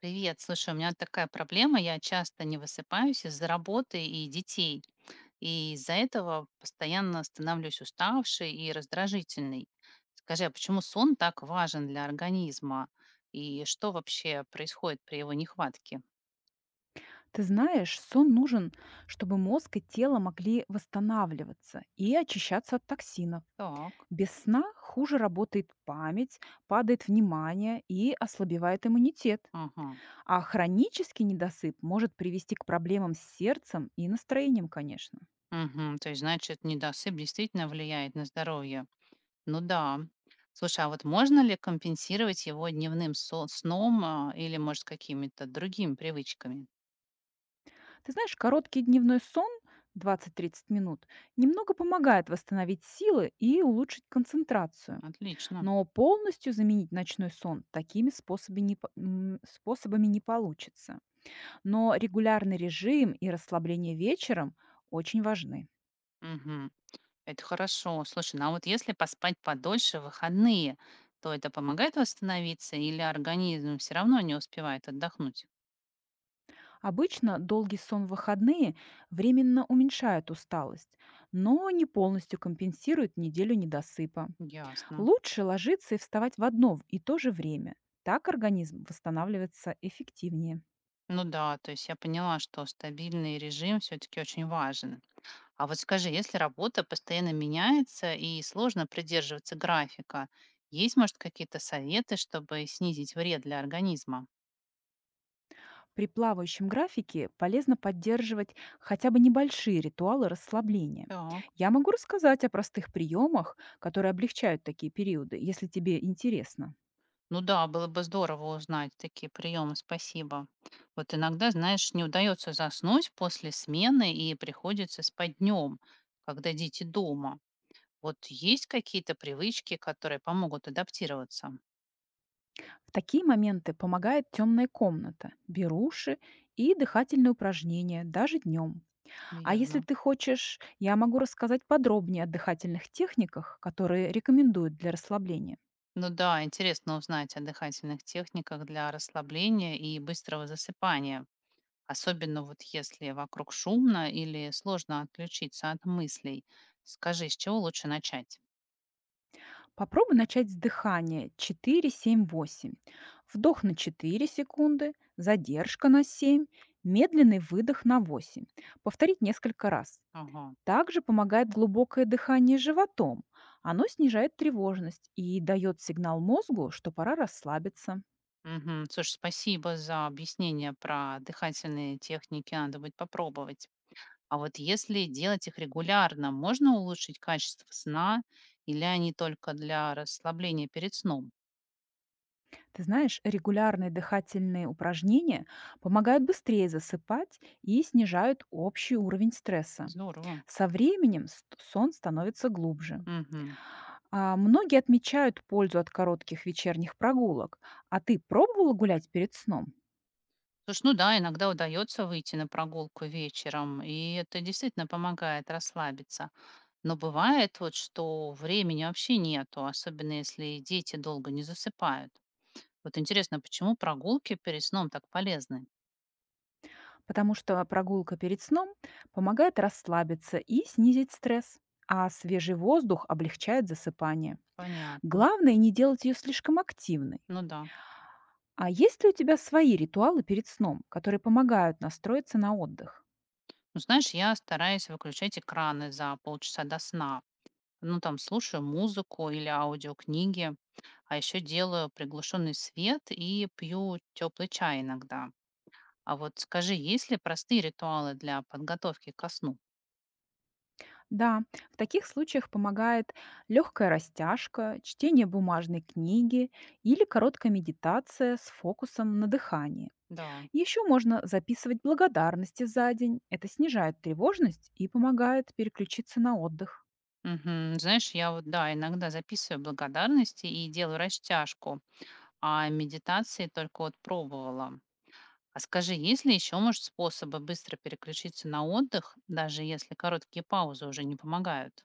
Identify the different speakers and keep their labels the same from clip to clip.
Speaker 1: Привет, слушай, у меня такая проблема, я часто не высыпаюсь из-за работы и детей, и из-за этого постоянно становлюсь уставшей и раздражительной. Скажи, а почему сон так важен для организма, и что вообще происходит при его нехватке?
Speaker 2: Ты знаешь, сон нужен, чтобы мозг и тело могли восстанавливаться и очищаться от токсинов.
Speaker 1: Так,
Speaker 2: Без сна хуже работает память, падает внимание и ослабевает иммунитет.
Speaker 1: ага,
Speaker 2: А хронический недосып может привести к проблемам с сердцем и настроением, конечно.
Speaker 1: мгм, то есть, значит, недосып действительно влияет на здоровье. Ну да. Слушай, а вот можно ли компенсировать его дневным сном а, или, может, какими-то другими привычками?
Speaker 2: Ты знаешь, короткий дневной сон 20–30 минут немного помогает восстановить силы и улучшить концентрацию.
Speaker 1: Отлично.
Speaker 2: Но полностью заменить ночной сон такими способами не, по- м, способами не получится. Но регулярный режим и расслабление вечером очень важны.
Speaker 1: Мгм. Это хорошо. Слушай, ну а вот если поспать подольше в выходные, то это помогает восстановиться или организм все равно не успевает отдохнуть?
Speaker 2: Обычно долгий сон в выходные временно уменьшает усталость, но не полностью компенсирует неделю недосыпа.
Speaker 1: Ясно.
Speaker 2: Лучше ложиться и вставать в одно и то же время. Так организм восстанавливается эффективнее.
Speaker 1: Ну да, то есть я поняла, что стабильный режим все-таки очень важен. А вот скажи, если работа постоянно меняется и сложно придерживаться графика, есть, может, какие-то советы, чтобы снизить вред для организма?
Speaker 2: При плавающем графике полезно поддерживать хотя бы небольшие ритуалы расслабления.
Speaker 1: Так.
Speaker 2: Я могу рассказать о простых приемах, которые облегчают такие периоды, если тебе интересно.
Speaker 1: Ну да, было бы здорово узнать такие приемы, спасибо. Вот иногда, знаешь, не удается заснуть после смены и приходится спать днем, когда дети дома. Вот есть какие-то привычки, которые помогут адаптироваться?
Speaker 2: В такие моменты помогает темная комната, беруши и дыхательные упражнения даже днем. А если
Speaker 1: Верно.
Speaker 2: ты хочешь, я могу рассказать подробнее о дыхательных техниках, которые рекомендуют для расслабления.
Speaker 1: Ну да, интересно узнать о дыхательных техниках для расслабления и быстрого засыпания. Особенно вот если вокруг шумно или сложно отключиться от мыслей. Скажи, с чего лучше начать?
Speaker 2: Попробуй начать с дыхания 4-7-8. Вдох на 4 секунды, задержка на 7, медленный выдох на 8. Повторить несколько раз.
Speaker 1: Ага.
Speaker 2: Также помогает глубокое дыхание животом. Оно снижает тревожность и дает сигнал мозгу, что пора расслабиться.
Speaker 1: Мгм. Слушай, спасибо за объяснение про дыхательные техники, надо будет попробовать. А вот если делать их регулярно, можно улучшить качество сна или они только для расслабления перед сном?
Speaker 2: Ты знаешь, регулярные дыхательные упражнения помогают быстрее засыпать и снижают общий уровень стресса.
Speaker 1: Здорово.
Speaker 2: Со временем сон становится глубже.
Speaker 1: Мгм.
Speaker 2: Многие отмечают пользу от коротких вечерних прогулок. А ты пробовала гулять перед сном?
Speaker 1: Слушай, ну да, иногда удается выйти на прогулку вечером, и это действительно помогает расслабиться. Но бывает вот, что времени вообще нету, особенно если дети долго не засыпают. Вот интересно, почему прогулки перед сном так полезны?
Speaker 2: Потому что прогулка перед сном помогает расслабиться и снизить стресс, а свежий воздух облегчает засыпание.
Speaker 1: Понятно.
Speaker 2: Главное не делать ее слишком активной.
Speaker 1: Ну да.
Speaker 2: А есть ли у тебя свои ритуалы перед сном, которые помогают настроиться на отдых?
Speaker 1: Ну, знаешь, я стараюсь выключать экраны за полчаса до сна. Ну, там слушаю музыку или аудиокниги, а еще делаю приглушенный свет и пью теплый чай иногда. А вот скажи, есть ли простые ритуалы для подготовки ко сну?
Speaker 2: Да, в таких случаях помогает легкая растяжка, чтение бумажной книги или короткая медитация с фокусом на дыхании.
Speaker 1: Да.
Speaker 2: Еще можно записывать благодарности за день. Это снижает тревожность и помогает переключиться на отдых.
Speaker 1: Мгм. Знаешь, я вот, да, иногда записываю благодарности и делаю растяжку, а медитации только вот пробовала. А скажи, есть ли еще, может, способы быстро переключиться на отдых, даже если короткие паузы уже не помогают?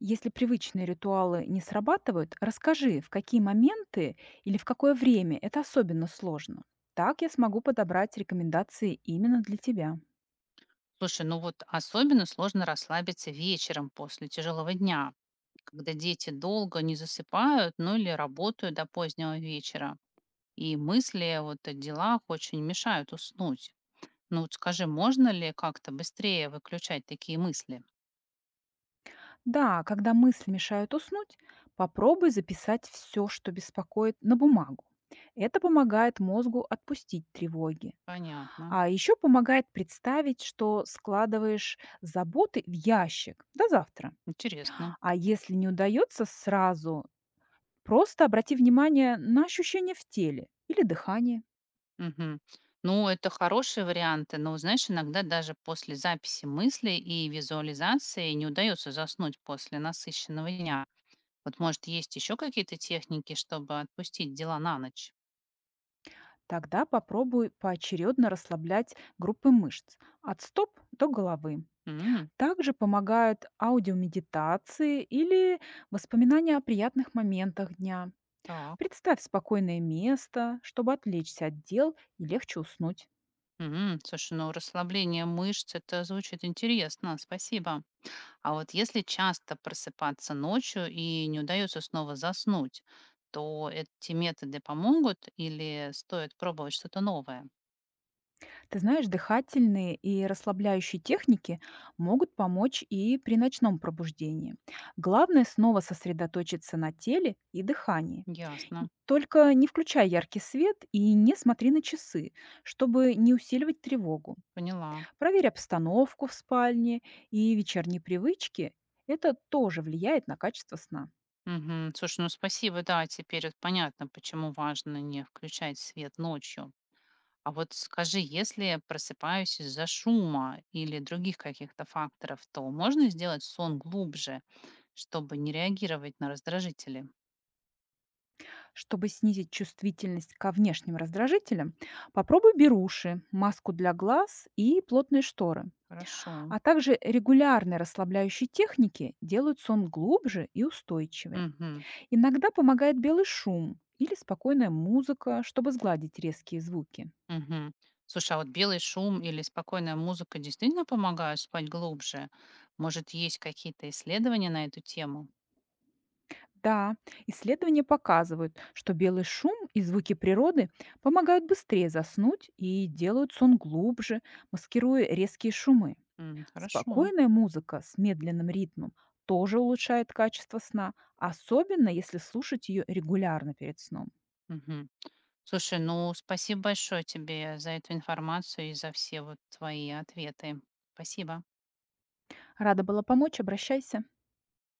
Speaker 2: Если привычные ритуалы не срабатывают, расскажи, в какие моменты или в какое время это особенно сложно. Так я смогу подобрать рекомендации именно для тебя.
Speaker 1: Слушай, ну вот особенно сложно расслабиться вечером после тяжелого дня, когда дети долго не засыпают, ну или работают до позднего вечера, и мысли вот о делах очень мешают уснуть. Ну вот скажи, можно ли как-то быстрее выключать такие мысли?
Speaker 2: Да, когда мысли мешают уснуть, попробуй записать все, что беспокоит, на бумагу. Это помогает мозгу отпустить тревоги.
Speaker 1: Понятно.
Speaker 2: А еще помогает представить, что складываешь заботы в ящик до завтра.
Speaker 1: Интересно.
Speaker 2: А если не удается сразу, просто обрати внимание на ощущения в теле или дыхание.
Speaker 1: Мгм. Ну, это хорошие варианты, но, знаешь, иногда даже после записи мыслей и визуализации не удается заснуть после насыщенного дня. Вот, может, есть еще какие-то техники, чтобы отпустить дела на ночь?
Speaker 2: Тогда попробуй поочередно расслаблять группы мышц от стоп до головы.
Speaker 1: М,
Speaker 2: Также помогают аудиомедитации или воспоминания о приятных моментах дня.
Speaker 1: так.
Speaker 2: Представь спокойное место, чтобы отвлечься от дел и легче уснуть.
Speaker 1: Мгм. Слушай, ну расслабление мышц, это звучит интересно, спасибо. А вот если часто просыпаться ночью и не удается снова заснуть, то эти методы помогут или стоит пробовать что-то новое?
Speaker 2: Ты знаешь, дыхательные и расслабляющие техники могут помочь и при ночном пробуждении. Главное снова сосредоточиться на теле и дыхании.
Speaker 1: Ясно,
Speaker 2: Только не включай яркий свет и не смотри на часы, чтобы не усиливать тревогу.
Speaker 1: поняла.
Speaker 2: Проверь обстановку в спальне и вечерние привычки. Это тоже влияет на качество сна.
Speaker 1: Мгм. Слушай, ну спасибо, да, теперь вот понятно, почему важно не включать свет ночью. А вот скажи, если я просыпаюсь из-за шума или других каких-то факторов, то можно сделать сон глубже, чтобы не реагировать на раздражители?
Speaker 2: Чтобы снизить чувствительность ко внешним раздражителям, попробуй беруши, маску для глаз и плотные шторы.
Speaker 1: Хорошо.
Speaker 2: А также регулярные расслабляющие техники делают сон глубже и устойчивее.
Speaker 1: Мгм.
Speaker 2: Иногда помогает белый шум или спокойная музыка, чтобы сгладить резкие звуки.
Speaker 1: Мгм. Слушай, а вот белый шум или спокойная музыка действительно помогают спать глубже? Может, есть какие-то исследования на эту тему?
Speaker 2: Да, исследования показывают, что белый шум и звуки природы помогают быстрее заснуть и делают сон глубже, маскируя резкие шумы.
Speaker 1: М, хорошо.
Speaker 2: Спокойная музыка с медленным ритмом тоже улучшает качество сна, особенно если слушать ее регулярно перед сном.
Speaker 1: Мгм. Слушай, ну, спасибо большое тебе за эту информацию и за все вот твои ответы. Спасибо.
Speaker 2: Рада была помочь, обращайся.